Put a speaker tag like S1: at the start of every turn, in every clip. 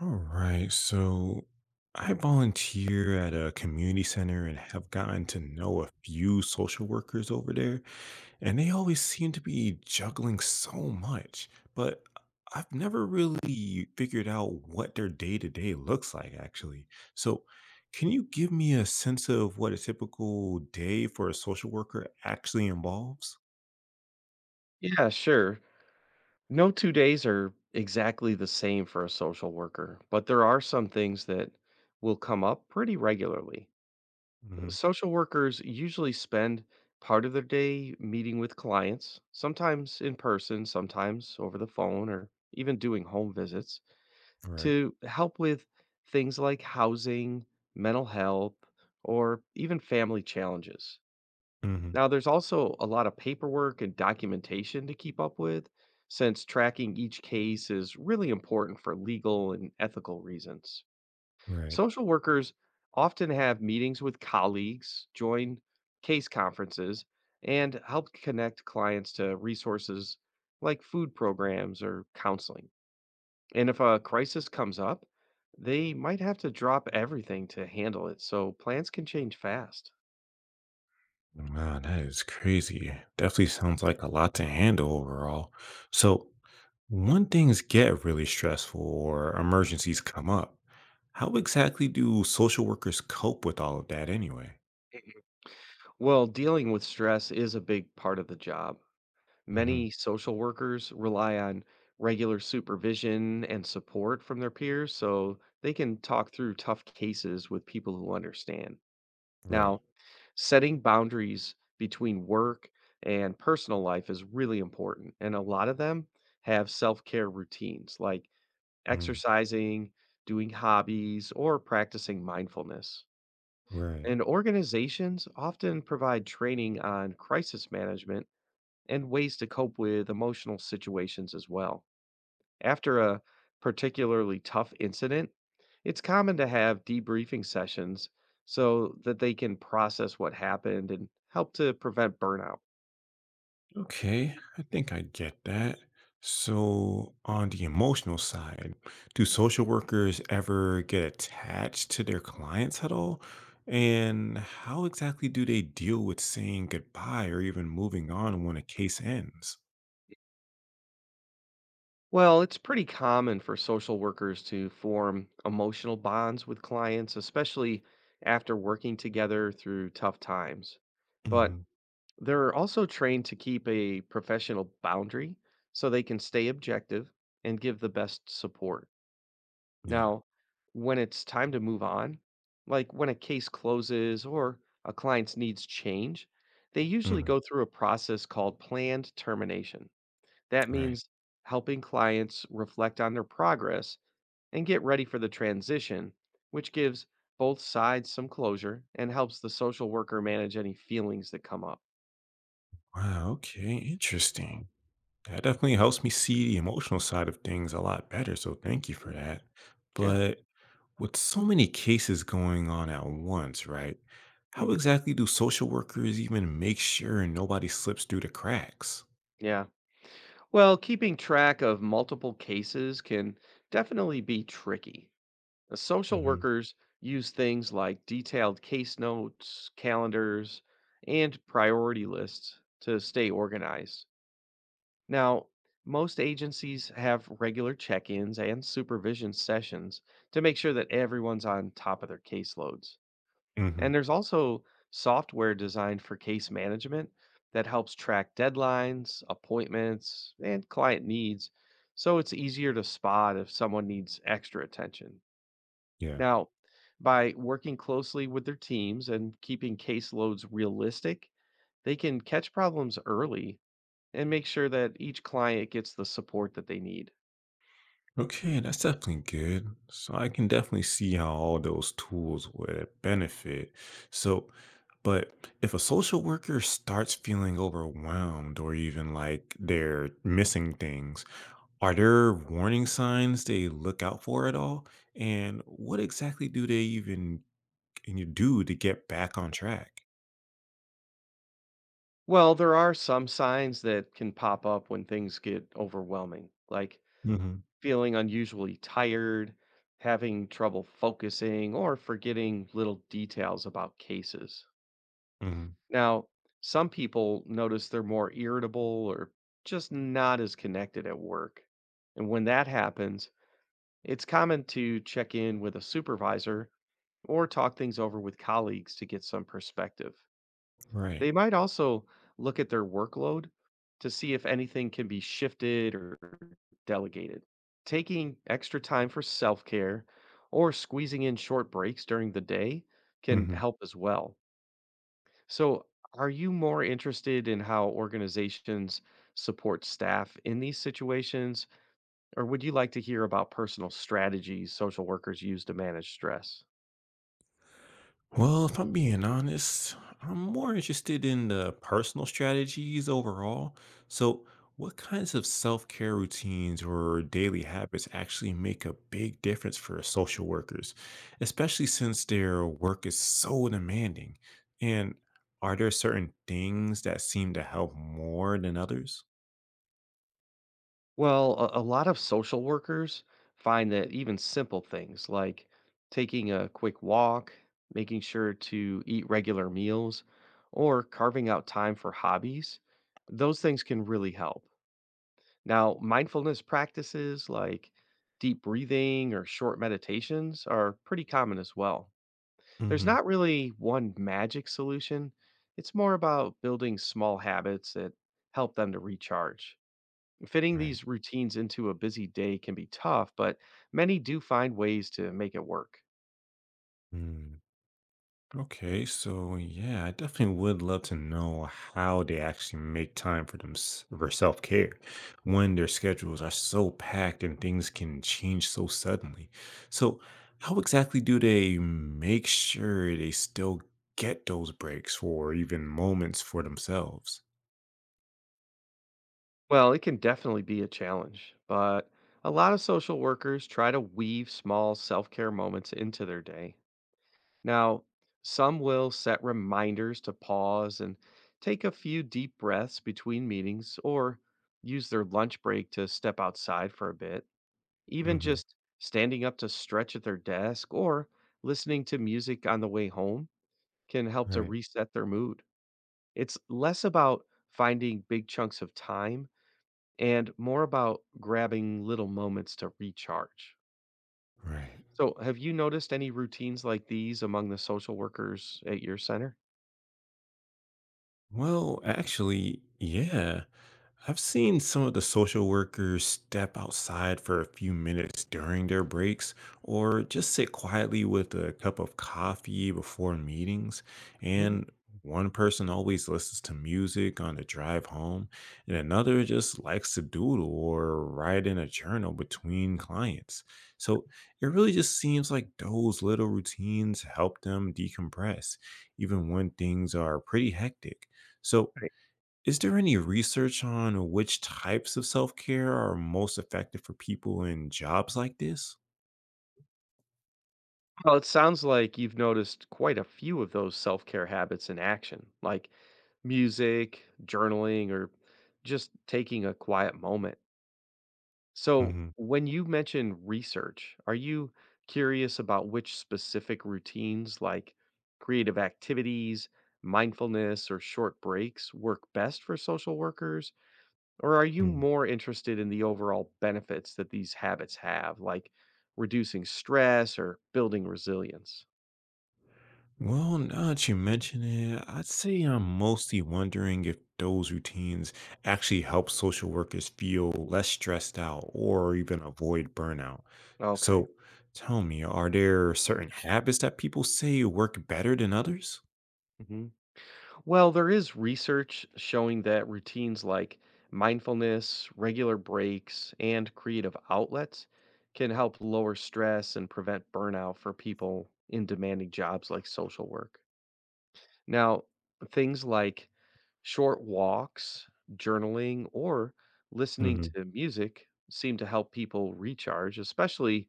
S1: All right. So I volunteer at a community center and have gotten to know a few social workers over there, and they always seem to be juggling so much. But I've never really figured out what their day to day looks like, actually. So, can you give me a sense of what a typical day for a social worker actually involves?
S2: Yeah, sure. No two days are exactly the same for a social worker, but there are some things that will come up pretty regularly.
S1: Mm-hmm.
S2: Social workers usually spend part of their day meeting with clients, sometimes in person, sometimes over the phone, or even doing home visits
S1: Right.
S2: to help with things like housing, mental health, or even family challenges.
S1: Mm-hmm.
S2: Now, there's also a lot of paperwork and documentation to keep up with, since tracking each case is really important for legal and ethical reasons.
S1: Right.
S2: Social workers often have meetings with colleagues, join case conferences, and help connect clients to resources like food programs or counseling. And if a crisis comes up, they might have to drop everything to handle it, so plans can change fast.
S1: Man, that is crazy. Definitely sounds like a lot to handle overall. So, when things get really stressful or emergencies come up, how exactly do social workers cope with all of that anyway?
S2: Well, dealing with stress is a big part of the job.
S1: Hmm.
S2: Many social workers rely on regular supervision and support from their peers so they can talk through tough cases with people who understand.
S1: Right.
S2: Now, setting boundaries between work and personal life is really important, and a lot of them have self care routines like
S1: Mm,
S2: exercising, doing hobbies, or practicing mindfulness.
S1: right.
S2: And organizations often provide training on crisis management and ways to cope with emotional situations as well. After a particularly tough incident, it's common to have debriefing sessions so that they can process what happened and help to prevent burnout.
S1: Okay, I think I get that. So, on the emotional side, do social workers ever get attached to their clients at all? And how exactly do they deal with saying goodbye or even moving on when a case ends?
S2: Well, it's pretty common for social workers to form emotional bonds with clients, especially after working together through tough times. But
S1: Hmm.
S2: they're also trained to keep a professional boundary so they can stay objective and give the best support.
S1: Yeah.
S2: Now, when it's time to move on, like when a case closes or a client's needs change, they usually
S1: Hmm.
S2: go through a process called planned termination. That
S1: Right.
S2: means helping clients reflect on their progress and get ready for the transition, which gives both sides some closure and helps the social worker manage any feelings that come up.
S1: Wow. Okay. Interesting. That definitely helps me see the emotional side of things a lot better. So, thank you for
S2: Mhm.
S1: that.
S2: Yeah.
S1: But with so many cases going on at once, right? How
S2: hmm
S1: exactly do social workers even make sure nobody slips through the cracks?
S2: Yeah. Well, keeping track of multiple cases can definitely be tricky. The social
S1: Hmm.
S2: workers use things like detailed case notes, calendars, and priority lists to stay organized. Now, most agencies have regular check ins and supervision sessions to make sure that everyone's on top of their caseloads. And
S1: Hmm.
S2: there's also software designed for case management that helps track deadlines, appointments, and client needs. So it's easier to spot if someone needs extra attention.
S1: Yeah.
S2: Now, by working closely with their teams and keeping caseloads realistic, they can catch problems early and make sure that each client gets the support that they need.
S1: Okay, that's definitely good. So I can definitely see how all those tools would benefit. So, but if a social worker starts feeling overwhelmed or even like they're missing things, are there warning signs they look out for at all? And what exactly do they even and you do to get back on track?
S2: Well, there are some signs that can pop up when things get overwhelming, like
S1: Mhm,
S2: feeling unusually tired, having trouble focusing, or forgetting little details about cases.
S1: mhm,
S2: Now, some people notice they're more irritable or just not as connected at work. And when that happens, it's common to check in with a supervisor or talk things over with colleagues to get some perspective.
S1: right,
S2: They might also look at their workload to see if anything can be shifted or delegated. Taking extra time for self care or squeezing in short breaks during the day can
S1: mhm.
S2: help as well. So, are you more interested in how organizations support staff in these situations, or would you like to hear about personal strategies social workers use to manage stress?
S1: Well, if I'm being honest, I'm more interested in the personal strategies overall. So, what kinds of self-care routines or daily habits actually make a big difference for social workers, especially since their work is so demanding? And are there certain things that seem to help more than others?
S2: Well, a lot of social workers find that even simple things like taking a quick walk, making sure to eat regular meals, or carving out time for hobbies, those things can really help. Now, mindfulness practices like deep breathing or short meditations are pretty common as well. There's
S1: Hmm.
S2: not really one magic solution, it's more about building small habits that help them to recharge. Fitting
S1: Right.
S2: these routines into a busy day can be tough, but many do find ways to make it work.
S1: Okay, so yeah, I definitely would love to know how they actually make time for them for self-care when their schedules are so packed and things can change so suddenly. So, how exactly do they make sure they still get those breaks or even moments for themselves?
S2: Well, it can definitely be a challenge, but a lot of social workers try to weave small self care moments into their day. Now, some will set reminders to pause and take a few deep breaths between meetings or use their lunch break to step outside for a bit. Even
S1: Hmm.
S2: just standing up to stretch at their desk or listening to music on the way home can help to
S1: Right.
S2: reset their mood. It's less about finding big chunks of time and more about grabbing little moments to recharge.
S1: Right.
S2: So, have you noticed any routines like these among the social workers at your center?
S1: Well, actually, yeah. I've seen some of the social workers step outside for a few minutes during their breaks or just sit quietly with a cup of coffee before meetings.
S2: Mhm.
S1: And one person always listens to music on the drive home, and another just likes to doodle or write in a journal between clients. So it really just seems like those little routines help them decompress, even when things are pretty hectic. So, is there any research on which types of self care are most effective for people in jobs like this?
S2: Well, it sounds like you've noticed quite a few of those self care habits in action, like music, journaling, or just taking a quiet moment. So,
S1: Hmm.
S2: when you mention research, are you curious about which specific routines like creative activities, mindfulness, or short breaks work best for social workers? Or are you more interested in the overall benefits that these habits have, like reducing stress or building resilience?
S1: Well, now that you mention it, I'd say I'm mostly wondering if those routines actually help social workers feel less stressed out or even avoid burnout.
S2: Okay.
S1: So tell me, are there certain habits that people say work better than others?
S2: Well, there is research showing that routines like mindfulness, regular breaks, and creative outlets can help lower stress and prevent burnout for people in demanding jobs like social work. Now, things like short walks, journaling, or listening
S1: Hmm.
S2: to music seem to help people recharge, especially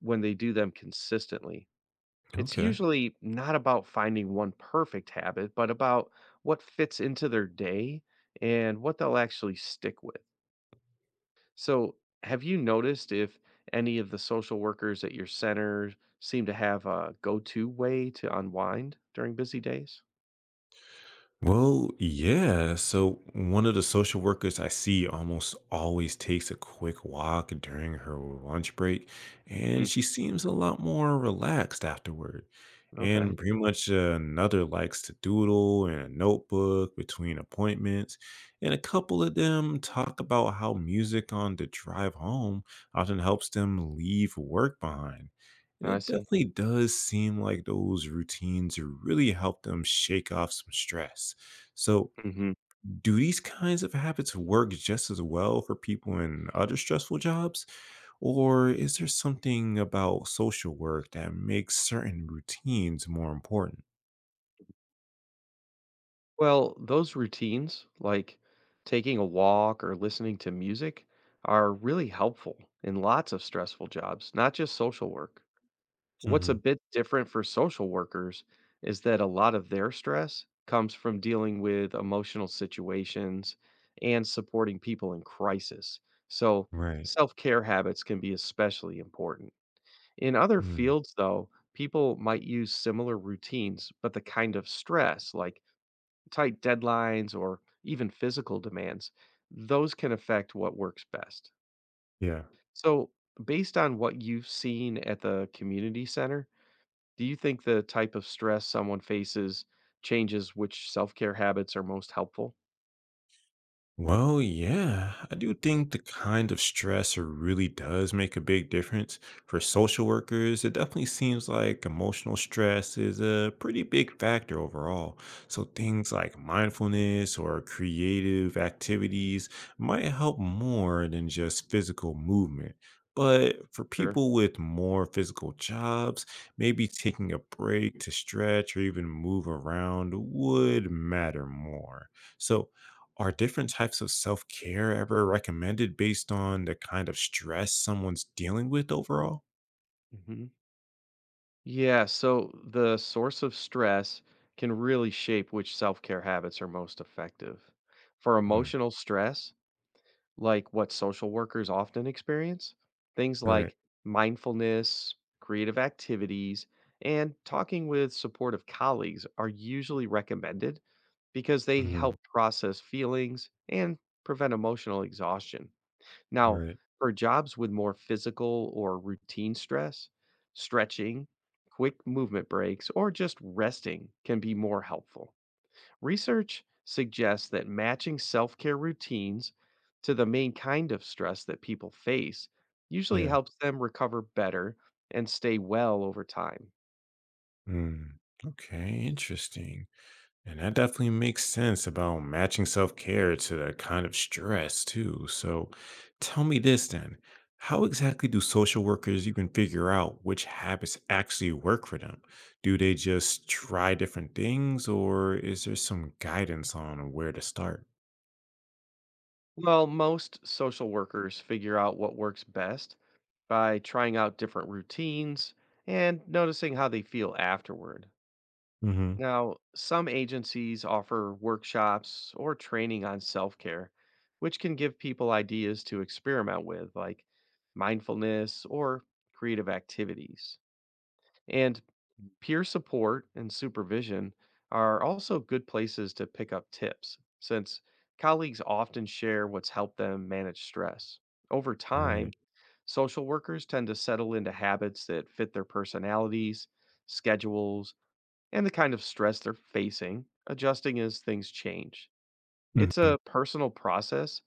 S2: when they do them consistently. It's
S1: Okay.
S2: usually not about finding one perfect habit, but about what fits into their day and what they'll actually stick with. So, have you noticed if any of the social workers at your center seem to have a go to way to unwind during busy days?
S1: Well, yeah. So one of the social workers I see almost always takes a quick walk during her lunch break, and
S2: Mhm.
S1: she seems a lot more relaxed afterward.
S2: Okay,
S1: And pretty much another likes to doodle in a notebook between appointments, and a couple of them talk about how music on the drive home often helps them leave work behind. And
S2: I
S1: it
S2: see.
S1: definitely does seem like those routines really help them shake off some stress. So,
S2: hmm
S1: do these kinds of habits work just as well for people in other stressful jobs? Or is there something about social work that makes certain routines more important?
S2: Well, those routines, like taking a walk or listening to music, are really helpful in lots of stressful jobs, not just social work. What's a
S1: Hmm.
S2: bit different for social workers is that a lot of their stress comes from dealing with emotional situations and supporting people in crisis. So,
S1: Right.
S2: self care habits can be especially important. In other
S1: Mm.
S2: fields, though, people might use similar routines, but the kind of stress, like tight deadlines or even physical demands, those can affect what works best.
S1: Yeah.
S2: So, based on what you've seen at the community center, do you think the type of stress someone faces changes which self-care habits are most helpful?
S1: Well, yeah, I do think the kind of stressor really does make a big difference. For social workers, it definitely seems like emotional stress is a pretty big factor overall. So things like mindfulness or creative activities might help more than just physical movement. But for
S2: Sure.
S1: people with more physical jobs, maybe taking a break to stretch or even move around would matter more. So, are different types of self care ever recommended based on the kind of stress someone's dealing with overall?
S2: hmm Yeah, so the source of stress can really shape which self care habits are most effective. For
S1: Mm,
S2: emotional stress, like what social workers often experience things
S1: right.
S2: like mindfulness, creative activities, and talking with supportive colleagues are usually recommended because they
S1: Hmm.
S2: help process feelings and prevent emotional exhaustion. Now,
S1: Right.
S2: for jobs with more physical or routine stress, stretching, quick movement breaks, or just resting can be more helpful. Research suggests that matching self care routines to the main kind of stress that people face usually
S1: Yeah.
S2: helps them recover better and stay well over time.
S1: Mm. Okay. Interesting. And that definitely makes sense about matching self care to the kind of stress, too. So tell me this then, how exactly do social workers even figure out which habits actually work for them? Do they just try different things, or is there some guidance on where to start?
S2: Well, most social workers figure out what works best by trying out different routines and noticing how they feel afterward. Now, some agencies offer workshops or training on self care, which can give people ideas to experiment with, like mindfulness or creative activities. And peer support and supervision are also good places to pick up tips, since colleagues often share what's helped them manage stress. Over time,
S1: Right.
S2: social workers tend to settle into habits that fit their personalities, schedules, and the kind of stress they're facing, adjusting as things change. It's
S1: Mhm.
S2: a personal process,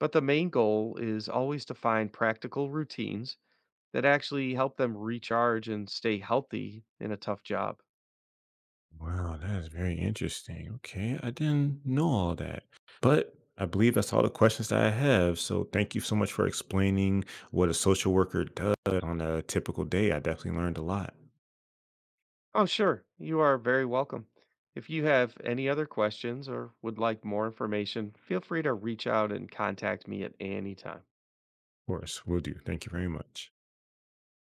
S2: but the main goal is always to find practical routines that actually help them recharge and stay healthy in a tough job.
S1: Wow, that is very interesting. Okay, I didn't know all that. But I believe that's all the questions that I have. So thank you so much for explaining what a social worker does on a typical day. I definitely learned a lot. Of
S2: Oh, sure. You are very welcome. If you have any other questions or would like more information, feel free to reach out and contact me at any time.
S1: course, will do. Thank you very much.